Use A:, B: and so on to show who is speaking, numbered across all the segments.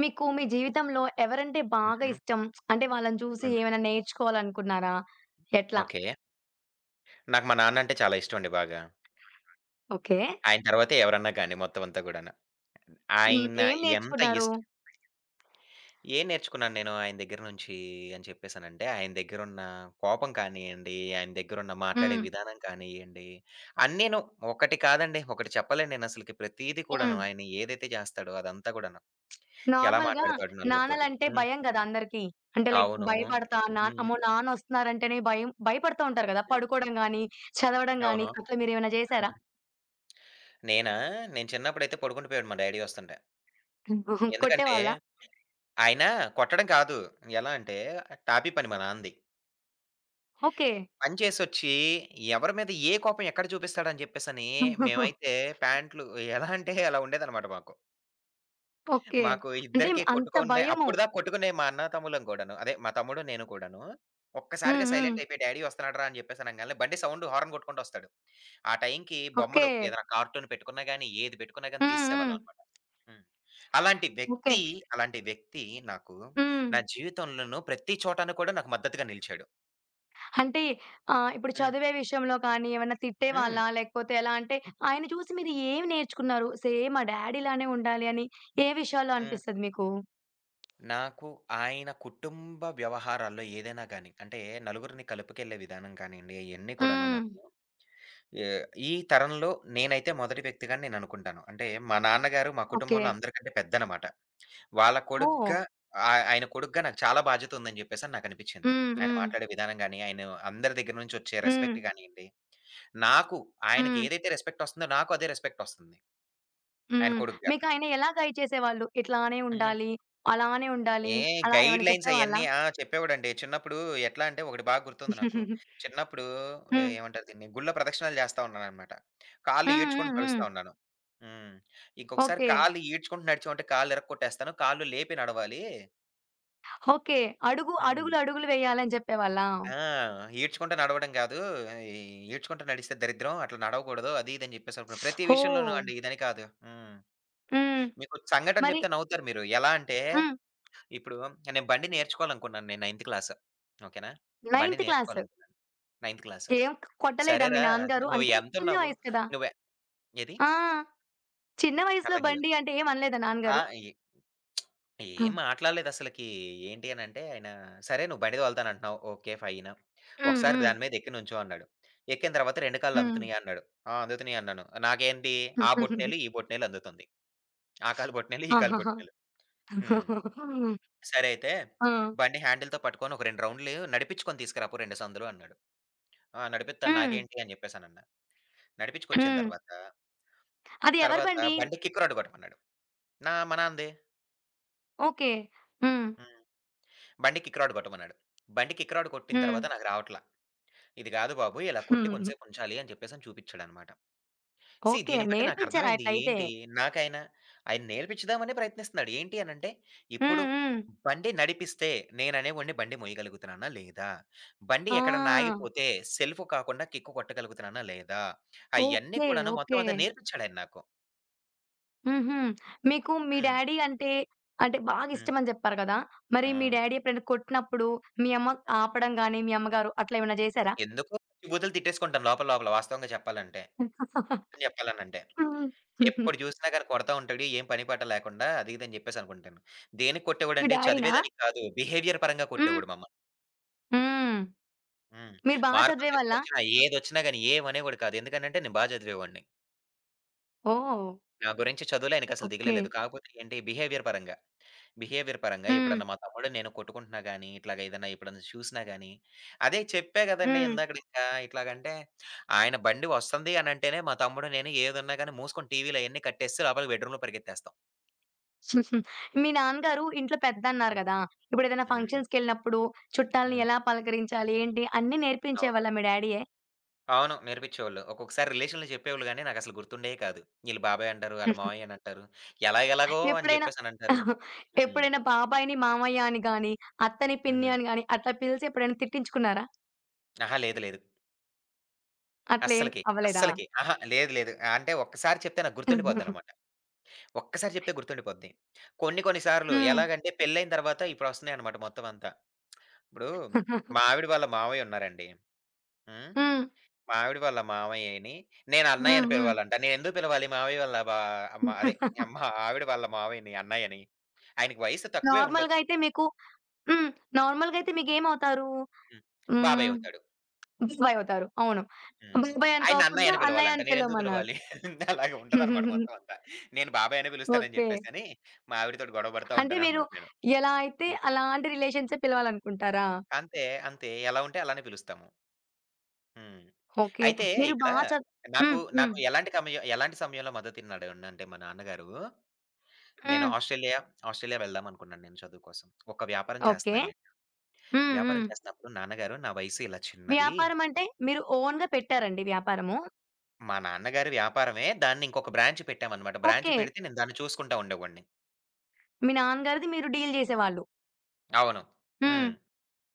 A: మీకు మీ జీవితంలో ఎవరంటే బాగా
B: హుహు.
A: ఇష్టం? అంటే వాళ్ళని చూసి
B: హ్మ్.
A: ఏమైనా నేర్చుకోవాలనుకున్నారా? ఎట్లా?
B: ఓకే. నాకు మా నాన్నంటే చాలా ఇష్టమండి బాగా.
A: ఓకే.
B: ఆయన తర్వాతే ఎవరన్నా గాని మొత్తం అంతా గూడాను.
A: హ్మ్.
B: ఆయన
A: ఏం
B: ఎంత
A: నేర్చుకున్నారు?
B: ఇష్ట ఏం నేర్చుకున్నాను నేను ఆయన దగ్గర నుంచి అని చెప్పేసనంటే, ఆయన దగ్గరున్న కోపం కానియ్యండి, ఆయన దగ్గరున్న మాట్లాడే
A: హ్మ్.
B: విధానం కానియ్యండి, అన్నీను ఒకటి కాదండి. ఒకటి చెప్పలేను నేనసలకి. ప్రతీది
A: హ్మ్.
B: కూడాను ఆయన ఏదైతే చేస్తాడో అదంతా గూడాను. ఎలా
A: నార్మల్‌గా
B: మాట్లాడతాడు నలుగురితోటి.
A: నాన్నలంటే
B: హ్మ్.
A: భయం గదా! అందరికీ. అంటే లైక్
B: అవును.
A: భయపడతా నా
B: హ్మ్.
A: అమ్మో! నాన్నొస్తున్నారంటేనే భయం భయపడతా ఉంటారు గదా!
B: హ్మ్.
A: పడుకోవడం గానీ, చదవడం గానీ
B: అవును.
A: అట్లా మీరేమైనా జేశారా?
B: హ్మ్. నేనా? నేను చిన్నప్పుడైతే పడుకుండిపోయాడు మా డ్యాడీ ఒస్తుంటే. ఎందుకంటే
A: కొట్టేవాళ్ళా?
B: ఆయన కొట్టడం కాదు. ఎలా అంటే టాపీ పని మా నాన్నది.
A: ఓకే.
B: పని చేసొచ్చి ఎవరి మీద ఏ కోపం ఎక్కడ చూపిస్తాడని చెప్పేసని మేమైతే ప్యాంట్లు ఎలా అంటే అలా ఉండేదనమాట మాకు.
A: ఓకే.
B: మాకు
A: అంటే
B: ఇద్దరికీ
A: అంత
B: కొట్టుకున్నాయి.
A: భయము.
B: అప్పటిదాకా కొట్టుకునే మా అన్న తమ్ముళ్ళం కూడాను. అదే మా తమ్ముడు, నేను కూడాను.
A: హ్మ్.
B: ఒక్కసారిగా
A: హ్మ్.
B: సైలెంట్ అయిపోయి డ్యాడీ వస్తున్నాడు రా అని చెప్పేసి అనంగాల్నే బండి సౌండ్ హారన్ కొట్టుకుంటూ వస్తాడు. ఆ టైంకి
A: ఓకే.
B: బొమ్మలు ఏదైనా కార్టూన్ పెట్టుకున్నా గాని, ఏది పెట్టుకున్నా గాని
A: హ్మ్. హ్మ్.
B: తీసేసేవాళ్ళం అన్నమాట. హ్మ్. అలాంటి
A: ఓకే.
B: వ్యక్తి, అలాంటి వ్యక్తి నాకు
A: హ్మ్.
B: నా జీవితంలోను ప్రతి చోటను కూడా నాకు మద్దతుగా నిలిచాడు.
A: అంటే ఆహ్, ఇప్పుడు
B: హ్మ్.
A: చదివే విషయంలో కానీ ఏమన్నా
B: హ్మ్.
A: తిట్టేవాళ్ళా? లేకపోతే ఎలా అంటే ఆయన చూసి మీరు ఏమి నేర్చుకున్నారు? సేమ్ మా డ్యాడీలానే ఉండాలి అని ఏ విషయాల్లో
B: హ్మ్.
A: అనిపిస్తది మీకు?
B: నాకు ఆయన కుటుంబ వ్యవహారాల్లో ఏదైనా గాని, అంటే నలుగురిని కలుపుకెళ్ళే విధానం కానియండి అయన్నీ కూడాను
A: హ్మ్.
B: నాకు ఏ ఈ తరంలో నేనైతే మొదటి వ్యక్తిగానే నేననుకుంటాను. అంటే మా నాన్నగారు మా
A: ఓకే.
B: కుటుంబంలో అందరికంటే పెద్దనమాట. వాళ్ళ
A: ఓహ్!
B: కొడుగ్గా ఆయన కొడుగ్గా నాకు చాలా బాధ్యత ఉందని జెప్పేసని నాకనిపిచ్చింది.
A: హ్మ్.
B: ఆయన
A: హ్మ్.
B: మాట్లాడే విధానం గాని, ఆయన అందరి దగ్గర నుంచి వచ్చే
A: హ్మ్.
B: రెస్పెక్ట్ గానియండి, నాకు ఆయనకి
A: హ్మ్.
B: ఏదైతే రెస్పెక్ట్ ఒస్తుందో నాకు అదే రెస్పెక్ట్ ఒస్తుంది. ఆయన
A: హ్మ్.
B: కొడుగ్గా.
A: మీకు ఆయన ఎలా గైడ్ చేసేవాళ్ళు? ఇట్లానే
B: హ్మ్.
A: ఉండాలి, అలానే ఉండాలి,
B: ఏ
A: అలా
B: గైడ్
A: ఏమైనా
B: లైన్స్
A: చెప్పేవాళ్ళా?
B: అయన్నీ ఆ! చెప్పేవాడండి. చిన్నప్పుడు ఎట్లా అంటే ఒకటి బాగా గుర్తుంది నాకు. చిన్నప్పుడు
A: హ్మ్.
B: ఏమంటారు దీన్ని? గుళ్ళో ప్రదక్షిణాలు చేస్తా ఉన్నాననమాట. కాళ్ళు
A: హ్మ్. హ్మ్.
B: ఈడ్చుకుంటూ
A: హ్మ్.
B: నడుస్తా ఉన్నాను. హ్మ్. ఇంకొకసారి
A: ఓకే.
B: కాళ్ళు ఈడ్చుకుంటూ నడిచావంటే కాళ్ళు ఇరక్కొట్టేస్తాను. కాళ్ళు లేపి నడవాలి.
A: ఓకే. అడుగు
B: హ్మ్.
A: అడుగులు, అడుగులు వేయాలని చెప్పేవాళ్ళా?
B: ఆ! ఈడ్చుకుంటూ నడవడం కాదు. ఈ ఈడ్చుకుంటూ నడిస్తే దరిద్రం. అట్లా నడవకూడదు. అది ఇది అని చెప్పేసి అనుకున్నాను. ప్రతి
A: ఓహ్!
B: విషయంలోనూ అండి ఇదని కాదు. హ్మ్.
A: హ్మ్.
B: మీకొక సంఘటన
A: మరి
B: చెప్తే నవ్వుతారు మీరు. ఎలా అంటే
A: హ్మ్.
B: ఇప్పుడు నేను బండి నేర్చుకోవాలనుకున్నాను నేను నైన్త్ క్లాస్. ఓకేనా? బండి
A: నైన్త్ క్లాస్.
B: నేర్చుకోవాలనుకున్నాను. Ninth class.
A: ఏం కొట్టలేదా మీ
B: సరేరా
A: నాన్నగారు?
B: నువ్వు
A: అంటే చిన్న
B: ఎంతున్నావు?
A: వయసు కదా!
B: నువ్వే ఏది?
A: ఆ! చిన్న వయసులో
B: అర్థం కాలేదు.
A: బండి అంటే ఏం అనలేదా
B: ఆ!
A: నాన్నగారు?
B: ఏ ఏం
A: హ్మ్.
B: మాట్లాడలేదసలకి. ఏంటి అనంటే ఆయన, "సరే నువ్వు బండి తోలుతానంటున్నావు. Okay fine.
A: హ్మ్.
B: ఒకసారి
A: హ్మ్.
B: దాని మీద ఎక్కి నుంచో" అన్నాడు. ఎక్కిన తర్వాత 2 కాళ్ళు
A: హ్మ్.
B: అందుతున్నాయా? అన్నాడు. "ఆ! అందుతున్నాయి" అన్నాను. నాకేంటి ఆ బొటనవేలు, ఈ బొటనవేలు అందుతుంది. ఆ కాలు బొటనవేలు, ఈ కాలు
A: ఆహాహా!
B: బొటనవేలు. హ్మ్. సరే అయితే
A: ఆ!
B: బండి హ్యాండిల్‌తో పట్టుకొని ఒక 2 రౌండ్‌లు నడిపించుకొని తీసుకురాపో 2 సందులు అన్నాడు. ఆ! నడిపిత్తాను
A: హ్మ్.
B: నాకేంటి అని జెప్పేసనన్నా. నడిపించుకొచ్చిన
A: హ్మ్.
B: తర్వాత,
A: అది ఎవరి
B: తర్వాత
A: బండి?
B: బండి కిక్ రాడ్ కొట్టమన్నాడు. మా నాన్నది.
A: ఓకే. హ్మ్.
B: హ్మ్. బండి కిక్ రాడ్ కొట్టమన్నాడు. బండి కిక్ రాడ్ కొట్టిన
A: హ్మ్.
B: తర్వాత నాకు రావట్ల. ఇది గాదు బాబు ఇలా కొట్టి కొంతసేపు ఉంచాలి అని చెప్పేసని చూపిచ్చాడనమాట. See
A: okay.
B: దీన్ని బట్టి
A: నేర్పించారా
B: నాకర్థమైంది
A: అట్లయితే?
B: ఏంటి నాకాయన, ఆయన నేర్పించుదామనే ప్రయత్నిస్తున్నాడు. ఏంటి అనంటే, ఇప్పుడు
A: హ్మ్. హ్మ్.
B: బండి నడిపిస్తే నేననేవాడిని బండి మోయగలుగుతున్నానా? లేదా? బండి ఎక్కడన్నా
A: ఆ!
B: ఆగిపోతే సెల్ఫ్ కాకుండా కిక్కు కొట్టగలుగుతున్నానా? లేదా? అయన్నీ
A: ఓకే.
B: కూడాను మొత్తం
A: ఓకే.
B: అంతా నేర్పించాడాయన నాకు.
A: హుహు. మీకు మీ
B: హ్మ్.
A: డ్యాడీ అంటే, అంటే బాగా
B: హ్మ్.
A: ఇష్టమని జెప్పారు గదా! మరి
B: ఆ!
A: మీ డ్యాడీ ఎప్పుడైనా కొట్టినప్పుడు మీ అమ్మ
B: ఆ!
A: ఆపడం గాని, మీ అమ్మగారు అట్లా ఏమైనా జేశారా?
B: ఎందుకో పిచ్చిబూతులు తిట్టేసుకుంటాను లోపల లోపల వాస్తవంగా చెప్పాలంటే. నిజం చెప్పాలనంటే.
A: హ్మ్.
B: ఎప్పుడు చూసినా గాని కొడతా ఉంటాడు. ఏం పని పాట లేకుండా అది ఇది అని చెప్పేసి అనుకుంటాను. దేనికి
A: మీ
B: కొట్టేవాడంటే
A: డ్యాడీనా?
B: చదివేదానికి కాదు. బిహేవియర్ పరంగా
A: హ్మ్.
B: కొట్టేవాడు మమ్మల్ని.
A: హ్మ్.
B: హ్మ్.
A: మీరు బా
B: మార్కులు
A: చదివేవాళ్ళా?
B: తక్కువొచ్చినా ఏదొచ్చినా గాని ఏమనేవాడు కాదు. ఎందుకనంటే నేను బా చదివేవాడిని.
A: ఓహ్!
B: నా గురించి చదువులో ఆయనకసలు దిగులే
A: ఓకే.
B: లేదు. కాకపోతే ఏంటి బిహేవియర్ పరంగా. బిహేవియర్ పరంగా
A: హ్మ్.
B: ఎప్పుడన్నా మా తమ్ముడు నేను కొట్టుకుంటున్నా గాని, ఇట్లాగ ఏదన్నా ఎప్పుడన్నా చూసినా గాని, అదే చెప్పా గదండీ
A: హ్మ్.
B: ఇందాకడింకా ఇట్లాగంటే, ఆయన బండి వస్తంది అనంటేనే మా తమ్ముడు నేను ఏదున్నా గాని మూసుకొని టీవీలయన్నీ కట్టేసి లోపలికి బెడ్‌రూమ్‌లో పరిగెత్తేస్తాం.
A: మీ నాన్నగారు ఇంట్లో పెద్దన్నారు
B: హ్మ్.
A: గదా! ఇప్పుడేదైనా
B: హ్మ్.
A: ఫంక్షన్స్‌కెళ్ళినప్పుడు చుట్టాలని
B: హ్మ్.
A: ఎలా పలకరించాలి, ఏంటి అన్నీ
B: అవును.
A: నేర్పించేవాళ్ళా మీ డ్యాడీయే?
B: అవును. నేర్పించేవాళ్ళు. ఒక్కొక్కసారి రిలేషన్‌లో చెప్పేవాళ్ళు గాని నాకసలు గుర్తుండేయి కాదు. ఈళ్ళు బాబాయ్ అంటారు, ఆళ్ళు మావయ్య అనంటారు. ఎలాగెలాగో అని
A: ఎప్పుడైనా
B: జెప్పేసనంటారు. హ్మ్.
A: ఎప్పుడైనా బాబాయిని మామయ్య అని గాని, అత్తని పిన్ని
B: హ్మ్.
A: అని గాని అట్లా పిలిసి ఎప్పుడైనా తిట్టించుకున్నారా?
B: అహా! లేదు లేదు.
A: అట్లేం
B: అస్సలకి,
A: అవ్వలేదా?
B: అస్సలకి. అహా! లేదు లేదు. అంటే ఒక్కసారి చెప్తే నాకు గుర్తుండిపోద్దనమాట. ఒక్కసారి చెప్తే గుర్తుండిపోద్ది. కొన్ని కొన్ని సార్లు
A: హ్మ్.
B: ఎలాగంటే పెళ్లయిన తర్వాత ఇప్పుడొస్తున్నాయన్నమాట మొత్తం అంతా. ఇప్పుడు మా ఆవిడ వాళ్ళ మావయ్య ఉన్నారండి. హ్మ్.
A: హ్మ్.
B: మా ఆవిడ వాళ్ళ మావయ్యని నేను అన్నయ్య
A: హ్మ్.
B: అని
A: హ్మ్.
B: పిలవాలంట. నేనెందుకు పిలవాలి మావయ్య వాళ్ళ బా అమ్మ అదే మా ఆవిడ వాళ్ళ మావయ్యని అన్నయ్యని. ఆయనకి వయసు తక్కువే
A: నార్మల్‌గా
B: ఉండొచ్చు.
A: అయితే మీకు హ్మ్. నార్మల్‌గా అయితే మీకేమవుతారు?
B: హ్మ్. బాబాయ్
A: హ్మ్.
B: అవుతాడు.
A: బాబాయి అవుతారు. అవును.
B: హ్మ్.
A: బాబాయి అని
B: ఆయన్ని అన్నయ్య
A: కాకుండా
B: అని
A: అన్నయ్య
B: పిలవాలంట.
A: అని
B: నేనెందుకు
A: పిలవమన్నారు.
B: పిలవాలి? అలాగ ఉంటదన్నమాట మొత్తం అంతా. నేను బాబాయ్ అనే పిలుస్తానని
A: ఓకే.
B: చెప్పేసని మా ఆవిడతోటి గొడవ పడతా
A: అంటే మీరు
B: ఉంటానన్నమాట నేను.
A: ఎలా అయితే
B: హ్మ్.
A: అలాంటి రిలేషన్సే పిలవాలనుకుంటారా?
B: అంతే. అంతే. ఎలా ఉంటే అలానే పిలుస్తాము. హ్మ్.
A: ఓకే.
B: అయితే
A: మీరు బా
B: ఇక్కడ
A: చ హ్మ్. హ్మ్.
B: నాకు ఎలాంటి కమయం ఎలాంటి సమయంలో మద్దతిన్నాడంటే మా నాన్నగారు, నేను
A: హ్మ్.
B: ఆస్ట్రేలియా, ఆస్ట్రేలియా వెళ్దామనుకున్నాను నేను చదువు కోసం. ఒక వ్యాపారం
A: ఓకే.
B: చేస్తున్నాను నేను.
A: హ్మ్. హ్మ్.
B: వ్యాపారం చేస్తున్నప్పుడు నాన్నగారు నా వయసు ఇలా చిన్నది.
A: వ్యాపారం అంటే మీరు ఓన్‌గా పెట్టారండి వ్యాపారము?
B: మా నాన్నగారి వ్యాపారమే దాన్ని ఇంకొక బ్రాంచ్ పెట్టామనమాట. Branch
A: okay.
B: పెడితే నేను దాన్ని చూసుకుంటా ఉండేవాడిని.
A: మీ నాన్నగారిది మీరు డీల్ జేసేవాళ్ళు.
B: అవును.
A: హ్మ్.
B: హ్మ్.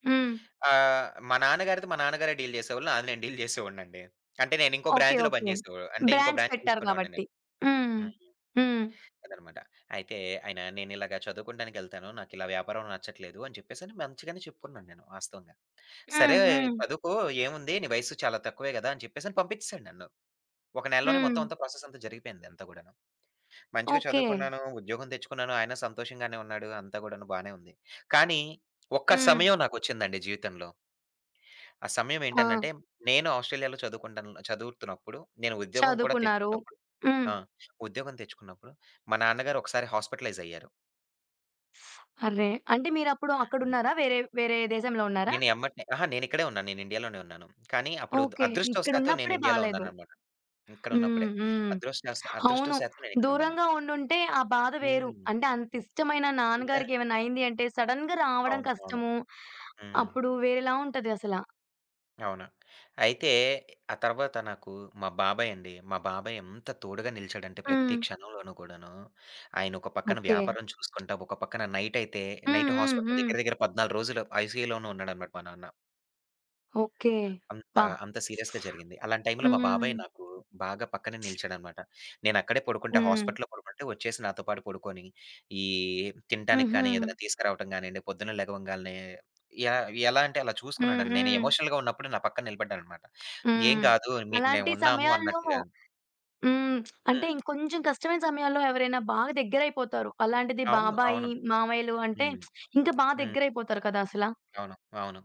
A: హ్మ్.
B: ఆహ్, మా నాన్నగారితో మా నాన్నగారే డీల్ చేసేవాళ్ళు. నాది నేను డీల్ చేసేవాడినండి. అంటే నేను ఇంకో
A: ఓకే.
B: బ్రాంచ్‌లో
A: ఓకే.
B: పనిచేసేవాడు. అంటే ఇంకో
A: బ్రాంచ్
B: బ్రాంచ్
A: పెట్టారు
B: చూసుకునేవాడిని
A: కాబట్టి.
B: నేను.
A: హ్మ్. హ్మ్.
B: అదనమాట. అయితే ఆయన నేనిలాగ చదువుకోవడానికెళ్తాను. నాకిలా వ్యాపారం నచ్చట్లేదు అని చెప్పేసని మంచిగానే చెప్పుకున్నాను నేను వాస్తవంగా. సరే
A: హ్మ్. హ్మ్.
B: చదువుకో ఏముంది నీ వయస్సు చాలా తక్కువే గదా! అని చెప్పేసని పంపించేసాడు నన్ను. ఒక నెలలోనే మొత్తం
A: హ్మ్.
B: అంతా ప్రాసెస్ అంతా జరిగిపోయింది అంతా గూడాను. మంచిగా
A: ఓకే.
B: చదువుకున్నాను, ఉద్యోగం తెచ్చుకున్నాను. ఆయన సంతోషంగానే ఉన్నాడు. అంతా గూడాను బానే ఉంది. కానీ ఒక్క
A: హ్మ్.
B: సమయం నాకొచ్చిందండి జీవితంలో. ఆ సమయం ఏంటనంటే
A: ఆ!
B: నేను ఆస్ట్రేలియాలో చదువుకుంటాను చదువుతున్నప్పుడు నేను ఉద్యోగం కూడా
A: చదువుకున్నారు.
B: తెచ్చుకున్నప్పుడు
A: హ్మ్.
B: ఆ! ఉద్యోగం తెచ్చుకున్నప్పుడు మా నాన్నగారు ఒకసారి హాస్పిటలైజ్ అయ్యారు.
A: అర్రే! అంటే మీరప్పుడు అక్కడున్నారా? వేరే వేరే దేశంలో ఉన్నారా?
B: నేను ఎమ్మటనే అహా! నేనిక్కడే ఉన్నాను. నేను ఇండియాలోనే ఉన్నాను. కానీ అప్పుడు
A: ఓకే.
B: అదృష్టవశాత్తు నేను
A: ఇక్కడున్నప్పుడే
B: ఇండియాలో
A: బాలేదు.
B: ఉన్నాననమాట.
A: హ్మ్.
B: ఇక్కడున్నప్పుడే.
A: హ్మ్. అవును.
B: అదృష్టవశాత్తు నేనిక్కడున్నాను.
A: దూరంగా ఉండుంటే ఆ బాధ వేరు.
B: హ్మ్.
A: అంటే అంతిష్టమైన
B: ఇంకా
A: నాన్నగారికి ఏమైనా అయింది అంటే సడెన్‌గా రావడం
B: అవును. అవును.
A: కష్టము.
B: హ్మ్.
A: అప్పుడు వేరేలా ఉంటది అసల.
B: అవును. అయితే ఆ తర్వాత నాకు మా బాబాయ్ అండి. మా బాబాయ్ ఎంత తోడుగా నిలిచాడంటే ప్రతి
A: హ్మ్.
B: క్షణంలోనూ కూడాను. ఆయన ఒక పక్కన
A: ఓకే.
B: వ్యాపారం చూసుకుంటా, ఒక పక్కన నైటయితే
A: హ్మ్.
B: నైట్
A: హ్మ్.
B: హాస్పిటల్
A: హ్మ్.
B: దగ్గర దగ్గర 14 రోజులు ఐసీయూలోనే ఉన్నాడనమాట మా నాన్న.
A: ఓకే.
B: అంత,
A: అబ్బా!
B: అంత సీరియస్‌గా జరిగింది. అలాంటి టైంలో మా
A: హ్మ్.
B: బాబాయ్ నాకు బాగా పక్కనే నిలిచాడనమాట. నేనక్కడే పడుకుంటే
A: హ్మ్.
B: హాస్పిటల్‌లో పడుకుంటే వచ్చేసి నాతో పాటు పడుకొని, ఈ తినటానికి
A: హుహు.
B: కానీ, ఏదైనా తీసుకురావటం గానియండి, పొద్దున్నే లెగవంగాల్నే ఎ ఎలా అంటే అలా
A: హ్మ్.
B: చూసుకున్నాడండి. నేను
A: హ్మ్.
B: ఎమోషనల్‌గా ఉన్నప్పుడు నా పక్కన నిలబడ్డాడనమాట. "ఏం
A: హ్మ్.
B: కాదు మీకు
A: అలాంటి
B: మేమున్నాము"
A: సమయాల్లో
B: అన్నట్టుగా.
A: హ్మ్. అంటే
B: హ్మ్.
A: ఇంకొంచెం కష్టమైన సమయాల్లో ఎవరైనా బాగా దగ్గరైపోతారు. అలాంటిది
B: అవును.
A: బాబాయి,
B: అవును.
A: మామయ్యలు అంటే
B: హ్మ్.
A: ఇంకా బాగా
B: హ్మ్.
A: దగ్గరైపోతారు కదా అసల.
B: అవును. అవును.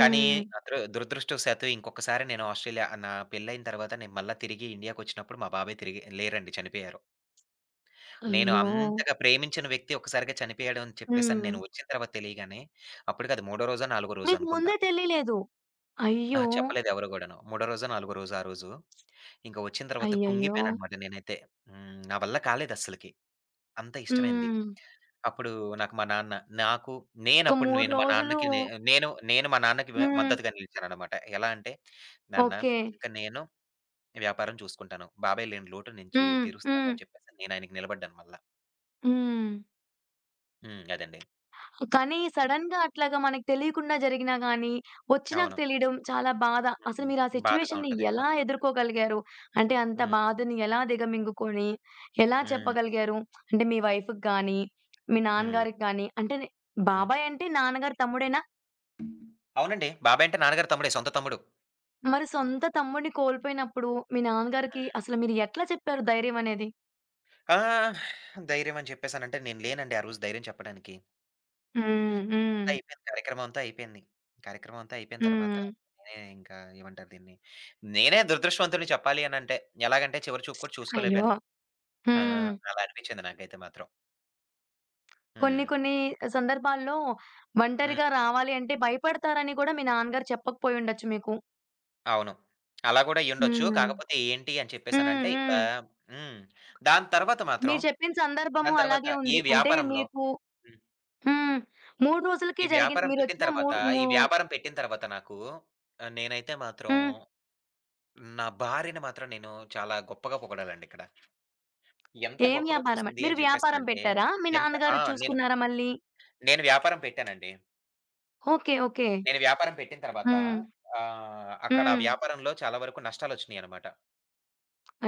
B: కానీ దురదృష్టవశాత్తు ఇంకొకసారి నేను ఆస్ట్రేలియా నా పెళ్లయిన తర్వాత నేను మళ్ళా తిరిగి ఇండియాకొచ్చినప్పుడు మా బాబాయ్ తిరిగి లేరండి చనిపోయారు. నేను
A: అయ్యో!
B: అంతగా ప్రేమించిన వ్యక్తి ఒక్కసారిగా చనిపోయాడు అని చెప్పేసని
A: హ్మ్.
B: నేను వచ్చిన తర్వాత తెలియగానే, అప్పుడు కాదు మూడో రోజో, నాలుగో రోజో
A: మీకు
B: అనుకుంటా.
A: ముందే తెలియలేదు. అయ్యో!
B: అహా! చెప్పలేదు ఎవరు గూడాను. మూడో రోజో, నాలుగో రోజో ఆ రోజు. ఇంక వచ్చిన తర్వాత
A: అయ్యయ్యో!
B: కుంగిపోయాననమాట నేనైతే. హ్మ్. నా వల్ల కాలేదస్సలకి. అంత ఇష్టమైంది.
A: హ్మ్.
B: అప్పుడు నాకు మా నాన్న నాకు
A: ఒక
B: నేనప్పుడు
A: 3
B: నేను మా
A: రోజులు
B: నాన్నకి నే నేను నేను మా నాన్నకి
A: హ్మ్.
B: మద్దతుగా నిలిచాననమాట. ఎలా అంటే, "నాన్న
A: ఓకే.
B: ఇంక నేను వ్యాపారం చూసుకుంటాను. బాబాయ్ లేని లోటు నేను
A: హ్మ్.
B: తీరుస్తాను"
A: హ్మ్.
B: అని చెప్పేసి నేను ఆయనకి నిలబడ్డాను మళ్ళా.
A: హ్మ్.
B: హ్మ్. అదండి.
A: కానీ సడెన్‌గా అట్లాగా మనకు తెలియకుండా జరిగినా గానీ, వచ్చినాక
B: అవును.
A: తెలియడం చాలా బాధ. అసలు
B: హ్మ్.
A: మీరు ఆ
B: బాధగా
A: సిట్యుయేషన్‌ని
B: ఉంటది
A: ఎలా
B: మొత్తమంతా.
A: ఎదుర్కోగలిగారు? అంటే అంత
B: హ్మ్.
A: బాధని ఎలా దిగమింగుకొని, ఎలా
B: హ్మ్.
A: చెప్పగలిగారు? అంటే మీ వైఫ్‌కి గానీ, మీ
B: హ్మ్.
A: నాన్నగారికి గానీ అంటే
B: హ్మ్.
A: బాబాయ్ అంటే నాన్నగారి తమ్ముడేనా?
B: అవునండి. బాబాయ్ అంటే నాన్నగారి తమ్ముడే. సొంత తమ్ముడు.
A: మరి సొంత తమ్ముడిని కోల్పోయినప్పుడు మీ నాన్నగారికి అసలు మీరు ఎట్లా చెప్పారు ధైర్యం అనేది?
B: ఆ! ధైర్యం అని చెప్పేసనంటే నేను లేనండి ఆ రోజు ధైర్యం చెప్పడానికి.
A: హ్మ్. హ్మ్.
B: అయిపోయింది. కార్యక్రమం అంతా అయిపోయింది. కార్యక్రమం అంతా అయిపోయిన తర్వాత
A: హ్మ్.
B: నేనే ఇంకా ఏమంటారు దీన్ని, నేనే దురదృష్టవంతుడిని చెప్పాలి అనంటే. ఎలాగంటే చివరి చూపు కూడా
A: అయ్యో!
B: చూసుకోలేకపోయాను. ఆ!
A: హ్మ్.
B: అలా అనిపించింది నాకైతే మాత్రం.
A: కొన్ని
B: హ్మ్.
A: కొన్ని సందర్భాల్లో
B: హ్మ్.
A: ఒంటరిగా రావాలి అంటే భయపడతారని కూడా మీ నాన్నగారు చెప్పకపోయి ఉండొచ్చు మీకు.
B: అవును. అలా కూడా అయ్యుండొచ్చు.
A: హ్మ్.
B: కాకపోతే ఏంటి అని
A: హ్మ్.
B: చెప్పేసనంటే ఇక్కడ
A: హ్మ్.
B: హ్మ్. దాని తర్వాత మాత్రం
A: మీరు చెప్పిన సందర్భము
B: దాని తర్వాత
A: అలాగే
B: ఈ
A: ఉంది. అంటే
B: వ్యాపారంలో
A: మీకు
B: హ్మ్.
A: హ్మ్. 3 రోజులకి
B: ఈ
A: జరిగింది.
B: వ్యాపారం పెట్టిన
A: మీరొచ్చిన మూ
B: తర్వాత,
A: మూ
B: ఈ వ్యాపారం పెట్టిన తర్వాత నాకు నేనైతే మాత్రం
A: హ్మ్.
B: నా భార్యని మాత్రం నేను చాలా గొప్పగా పొగడాలండి ఇక్కడ. ఎంత
A: ఏం
B: గొప్పగా
A: వ్యాపారం అండి?
B: చూసింది
A: మీరు
B: అని
A: వ్యాపారం
B: చెప్పేసానంటే,
A: పెట్టారా? మీ
B: ఎంత ఆ!
A: నాన్నగారు
B: నేను
A: చూసుకున్నారా మళ్ళీ?
B: నేను వ్యాపారం పెట్టానండి.
A: ఓకే. ఓకే.
B: నేను వ్యాపారం పెట్టిన తర్వాత
A: హ్మ్.
B: ఆహ్, అక్కడ ఆ
A: హ్మ్.
B: వ్యాపారంలో చాలా వరకు నష్టాలొచ్చినియనమాట.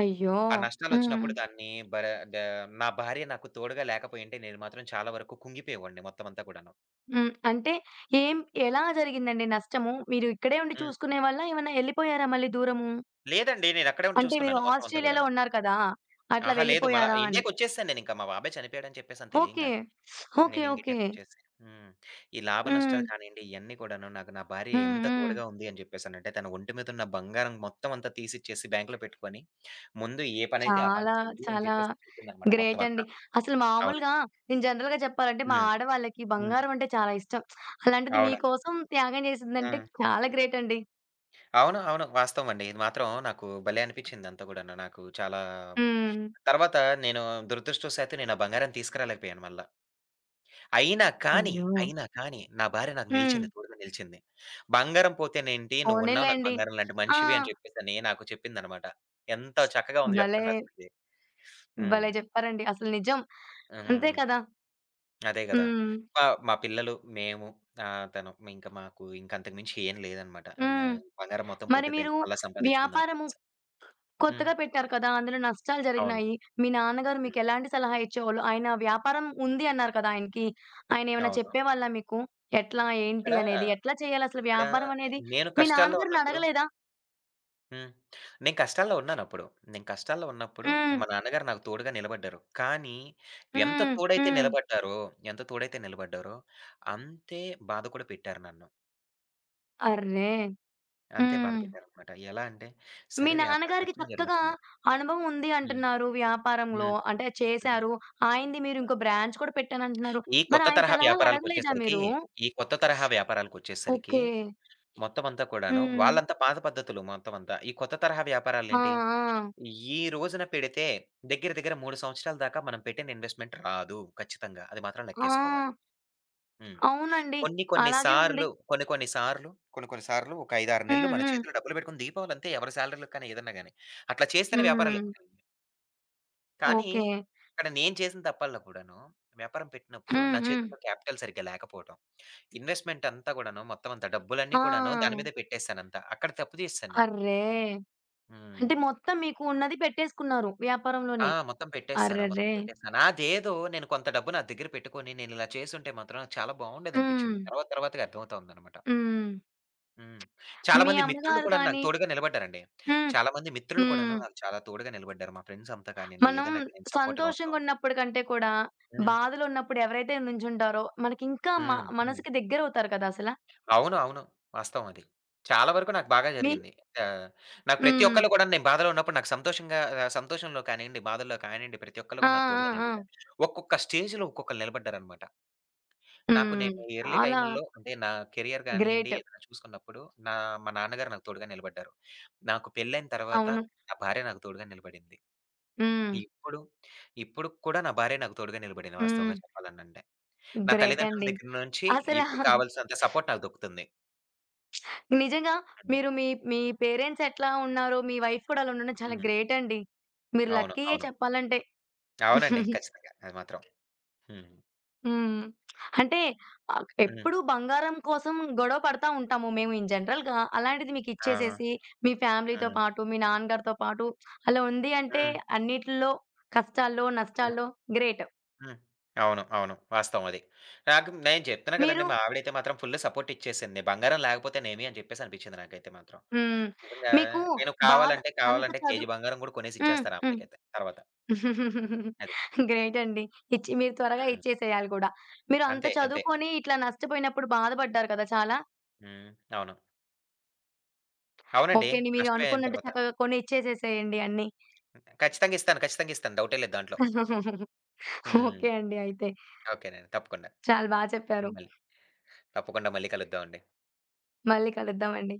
A: అయ్యో!
B: ఆ
A: హ్మ్.
B: నష్టాలొచ్చినప్పుడు దాన్ని భర ద నా భార్య నాకు తోడుగా లేకపోయుంటే నేను మాత్రం చాలా వరకు కుంగిపోయేవాడిని మొత్తం అంతా కూడాను.
A: హ్మ్. అంటే ఏం ఎలా జరిగిందండి నష్టము? మీరు ఇక్కడే ఉండి
B: హ్మ్.
A: చూసుకునేవాళ్ళా? ఏమన్నా ఎళ్ళిపోయారా మళ్ళీ దూరము?
B: లేదండి. నేనక్కడే ఉండి
A: అంటే మీరు
B: చూసుకున్నాను మొత్తం అంతా
A: ఆస్ట్రేలియాలో
B: గూడాను.
A: ఉన్నారు కదా! అట్లా
B: అహా! లేదు. మళ్ళా
A: వెళ్ళిపోయారా అని?
B: ఇండియాకొచ్చేసాను నేనింక. మా బాబాయ్ చనిపోయాడని చెప్పేసని
A: ఓకే.
B: తెలియంగాలనే.
A: ఓకే.
B: నేను ఇంక
A: ఓకే.
B: ఇండియాకొచ్చేసా. హ్మ్. ఈ లాభ
A: హ్మ్.
B: నష్టాలు కానియండి, ఇయన్నీ కూడాను నాకు నా భార్య
A: హ్మ్.
B: ఎంత
A: హ్మ్.
B: తోడుగా ఉంది అని చెప్పేసనంటే, తన ఒంటి మీదున్న బంగారం మొత్తం అంతా తీసిచ్చేసి బ్యాంక్‌లో పెట్టుకొని, "ముందు ఏ పనైతే ఆ పని
A: చాలా
B: చెయ్యి" అని
A: చాలా
B: చెప్పేసని చెప్పిందనమాట
A: గ్రేట్
B: మొత్తం
A: అండి.
B: అంతా.
A: అసలు
B: అవును.
A: మామూలుగా నేను జనరల్‌గా చెప్పాలంటే మా
B: హ్మ్.
A: ఆడవాళ్ళకి
B: హ్మ్.
A: బంగారం అంటే చాలా ఇష్టం. అలాంటిది
B: అవును.
A: మీకోసం త్యాగం చేసిందంటే
B: హ్మ్.
A: చాలా గ్రేట్ అండి.
B: అవును. అవును. వాస్తవం అండి. ఇది మాత్రం నాకు భలే అనిపిచ్చిందంతా గూడాను. నాకు చాలా
A: హ్మ్.
B: తర్వాత నేను దురదృష్టవశాత్తు నేను ఆ బంగారాన్ని తీసుకురాలేకపోయాను మళ్ళా. అయినా కానీ,
A: అయ్యో!
B: అయినా కానీ నా భార్య నాకు
A: హ్మ్.
B: నిలిచింది. తోడుగా నిలిచింది. "బంగారం పోతేనేంటి? నువ్వున్నావు నాకు
A: పోనీలెండి.
B: బంగారం లాంటి
A: ఆ!
B: మనిషివి" అని చెప్పేసని నాకు చెప్పిందనమాట. ఎంత చక్కగా ఉంది
A: భలే!
B: చెప్పండి అసలకి. హ్మ్.
A: భలే చెప్పారండి. అసలు నిజం. అంతే
B: హ్మ్.
A: కదా!
B: అదే గదా!
A: హ్మ్.
B: మా మా పిల్లలు, మేము, ఆహ్, తను ఇంక మాకు ఇంక అంతకు మించి ఏం లేదనమాట. ఇంగా
A: హ్మ్.
B: బంగారం మొత్తం
A: మరి
B: పోతే
A: మీరు
B: పోయింది. మళ్ళా సంపాదించుకుందాం అని
A: వ్యాపారము
B: చెప్పేసి. హ్మ్.
A: కొత్తగా పెట్టారు కదా! అందులో నష్టాలు
B: అవును.
A: జరిగినాయి. మీ నాన్నగారు
B: హ్మ్.
A: మీకెలాంటి సలహా ఇచ్చేవాళ్ళు? ఆయన వ్యాపారం ఉంది అన్నారు కదా ఆయనకి. ఆయనేమన్నా
B: అవును.
A: చెప్పేవాళ్ళా మీకు? ఎట్లా? ఏంటి?
B: ఇక్కడ,
A: అనేది. ఎట్లా చేయాలసలు
B: ఇక్కడ
A: వ్యాపారం అనేది?
B: నేను
A: మీ
B: కష్టాల్లో
A: నాన్నగారిని
B: ఉన్నప్పుడు
A: అడగలేదా?
B: హ్మ్. నేను కష్టాల్లో ఉన్నానప్పుడు. నేను కష్టాల్లో ఉన్నప్పుడు
A: హ్మ్.
B: మా నాన్నగారు నాకు తోడుగా నిలబడ్డారు. కానీ ఎంత
A: హ్మ్.
B: తోడైతే
A: హ్మ్.
B: నిలబడ్డారో, ఎంత తోడైతే నిలబడ్డారో అంతే బాధ కూడా పెట్టారు నన్ను.
A: అర్రే!
B: అంతే బాధ
A: హ్మ్.
B: పెట్టారనమాట. ఎలా అంటే
A: మీ
B: సరే వ్యాపారం
A: నాన్నగారికి
B: నష్టం
A: చక్కగా
B: జరుగుతుంది.
A: అనుభవం ఉంది
B: హ్మ్.
A: అంటున్నారు వ్యాపారంలో.
B: హ్మ్.
A: అంటే
B: హ్మ్.
A: చేశారు. ఆయనది మీరు ఇంకో బ్రాంచ్ కూడా పెట్టానంటున్నారు.
B: ఈ
A: మరి
B: కొత్త
A: ఆయన
B: తరహా
A: సలహాలు అడగలేదా
B: వ్యాపారాలకొచ్చేసరికి,
A: మీరు?
B: ఈ కొత్త తరహా వ్యాపారాలకొచ్చేసరికి
A: ఓకే.
B: మొత్తం అంతా కూడాను
A: హ్మ్.
B: వాళ్ళంతా పాత పద్ధతులు మొత్తం అంతా. ఈ కొత్త తరహా వ్యాపారాలేంటి
A: ఆ!
B: ఈ రోజున పెడితే దగ్గర దగ్గర 3 సంవత్సరాల దాకా మనం పెట్టిన ఇన్వెస్ట్‌మెంట్ రాదు. ఖచ్చితంగా. అది మాత్రం
A: ఆ!
B: లెక్కేసుకోవాలి.
A: ఆ!
B: హ్మ్.
A: అవునండి. అలాగే ఉంది.
B: కొన్ని కొన్ని సార్లు ఒక 5, 6
A: హ్మ్.
B: నెలలు మన
A: హ్మ్.
B: చేతిలో డబ్బులు పెట్టుకొని దీపావళి అంతే ఎవరి సాలరీ‌లకి కానీ ఏదన్నా గాని. అట్లా చేస్తేనే వ్యాపారాలు
A: హ్మ్.
B: ఎక్కువయ్యాయి. కానీ
A: ఓకే.
B: ఇక్కడ నేను చేసిన తప్పల్లో కూడాను వ్యాపారం పెట్టినప్పుడు
A: హ్మ్.
B: నా
A: హ్మ్.
B: చేతుల్లో క్యాపిటల్ సరిగ్గా లేకపోవటం. ఇన్వెస్ట్‌మెంట్ అంతా కూడాను మొత్తం అంతా డబ్బులన్నీ కూడాను దాని
A: ఆ!
B: మీదే పెట్టేసానంతా. అక్కడ తప్పు చేశాను నేను.
A: అర్రే!
B: హ్మ్.
A: అంటే మొత్తం మీకు ఉన్నది పెట్టేసుకున్నారు
B: ఆ!
A: వ్యాపారంలోనే.
B: మొత్తం పెట్టేసాను. మొత్తం
A: అర్రెర్రే!
B: పెట్టేసాను. అదేదో నేను కొంత డబ్బు నా దగ్గర పెట్టుకొని నేనిలా చేసుంటే మాత్రం నాకు చాలా
A: హ్మ్.
B: బావుండేదనిపిచ్చింది. తర్వాత తర్వాతగా అర్థమవుతోందనమాట.
A: హ్మ్.
B: హ్మ్. చాలా
A: మీ
B: మంది మిత్రులు
A: అమ్మగారు
B: కూడా నాకు
A: కానీ
B: తోడుగా నిలబడ్డారండి.
A: హ్మ్.
B: చాలా మంది మిత్రులు కూడాను
A: హ్మ్.
B: నాకు చాలా తోడుగా నిలబడ్డారు. మా ఫ్రెండ్స్ అంతా కానియండి,
A: మనం
B: ఏదైనా కానీ సపోర్ట్‌గా ఉండడం.
A: సంతోషంగున్నప్పుడు కంటే కూడా,
B: హ్మ్.
A: బాధలో ఉన్నప్పుడు ఎవరైతే నుంచుంటారో, మనకింకా మ
B: హ్మ్. హ్మ్.
A: మనసుకి దగ్గరవుతారు కదా అసల.
B: అవును. అవును. వాస్తవం అది. చాలా వరకు నాకు బాగా
A: మీ
B: జరిగింది. ఆహ్, నాకు ప్రతి
A: హ్మ్.
B: ఒక్కళ్ళు కూడా నేను బాధలో ఉన్నప్పుడు సంతోషంలో కానియండి, బాధల్లో కానియండి ప్రతి ఒక్కళ్ళు
A: ఆ!
B: కూడా నాకు
A: ఆ!
B: తోడుగా
A: ఆ!
B: నిలబడ్డారు. ఒక్కొక్క స్టేజ్‌లో ఒక్కొక్కళ్ళు నిలబడ్డారనమాట.
A: హ్మ్.
B: నేను ఎర్లీ
A: చాలా
B: టైముల్లో అంటే కెరియర్ గానియండి,
A: గ్రేట్.
B: ఏదైనా చూసుకున్నప్పుడు నా మా నాన్నగారు నాకు తోడుగా నిలబడ్డారు. నాకు పెళ్లైన తర్వాత
A: అవును.
B: నా భార్య నాకు తోడుగా నిలబడింది.
A: హ్మ్.
B: ఇప్పుడు, ఇప్పుడు కూడా నా భార్య నాకు తోడుగా నిలబడింది
A: హ్మ్.
B: వాస్తవంగా చెప్పాలనంటే. నా
A: గ్రేట్
B: తల్లిదండ్రుల
A: అండి.
B: దగ్గర నుంచి
A: అసల
B: ఇప్పుడు కావాల్సినంత సపోర్ట్ నాకు దొక్కుతుంది.
A: నిజంగా
B: హ్మ్.
A: మీరు మీ, మీ పేరెంట్స్ ఎట్లా ఉన్నారో, మీ వైఫ్ కూడా అలా ఉండడం చాలా
B: హ్మ్.
A: గ్రేట్ అండి. మీరు
B: అవును.
A: లక్కీయే
B: అవును.
A: చెప్పాలంటే.
B: అవునండి. ఖచ్చితంగా. అది మాత్రం. హ్మ్.
A: హ్మ్. అంటే ఆహ్,
B: హ్మ్.
A: ఎప్పుడు బంగారం కోసం గొడవ పడతా ఉంటాము మేము ఇన్ జనరల్‌గా. అలాంటిది
B: ఆ!
A: మీకిచ్చేసేసి, మీ ఫ్యామిలీతో
B: హ్మ్.
A: పాటు, మీ నాన్నగారితో పాటు అలా ఉంది అంటే
B: హ్మ్.
A: అన్నిట్లో కష్టాల్లో,
B: హ్మ్.
A: నష్టాల్లో గ్రేట్.
B: హ్మ్. అవును. అవును. వాస్తవం అది. నాకు నేను చెప్తున్నా
A: మీరు
B: కదండీ! మా ఆవిడైతే మాత్రం ఫుల్ సపోర్ట్ ఇచ్చేసింది. బంగారం లేకపోతేనేమి అని చెప్పేసి అనిపించింది నాకైతే మాత్రం.
A: హ్మ్.
B: నిజంగా
A: మీకు
B: నేను
A: బాధ అంత
B: కావాలంటే
A: చదువు
B: కేజీ బంగారం కూడా కొనేసి
A: హ్మ్.
B: ఇచ్చేస్తాను ఆ
A: హ్మ్.
B: అమ్మాయికైతే తర్వాత. అది.
A: గ్రేట్ అండి. ఇచ్చి మీరు త్వరగా
B: హ్మ్.
A: ఇచ్చేసేయాలి కూడా. మీరు అంత
B: అంతే. అంతే.
A: చదువుకొని ఇట్లా నష్టపోయినప్పుడు బాధపడ్డారు కదా! చాలా.
B: హ్మ్. అవును. అవునండి.
A: ఓకే అండి. మీరు
B: నష్టపోయిన
A: అనుకున్నట్టు
B: తర్వాత.
A: చక్కగా కొని ఇచ్చేసేసేయండి అన్నీ.
B: ఖచ్చితంగా ఇస్తాను. ఖచ్చితంగా ఇస్తాను. డౌటే లేదు దాంట్లో. హ్మ్.
A: ఓకే అండి. అయితే
B: ఓకేనండి. తప్పకుండా.
A: చాలా బా చెప్పారు.
B: మళ్ళీ తప్పకుండా మళ్ళీ కలుద్దామండి.
A: మళ్ళీ కలుద్దామండి.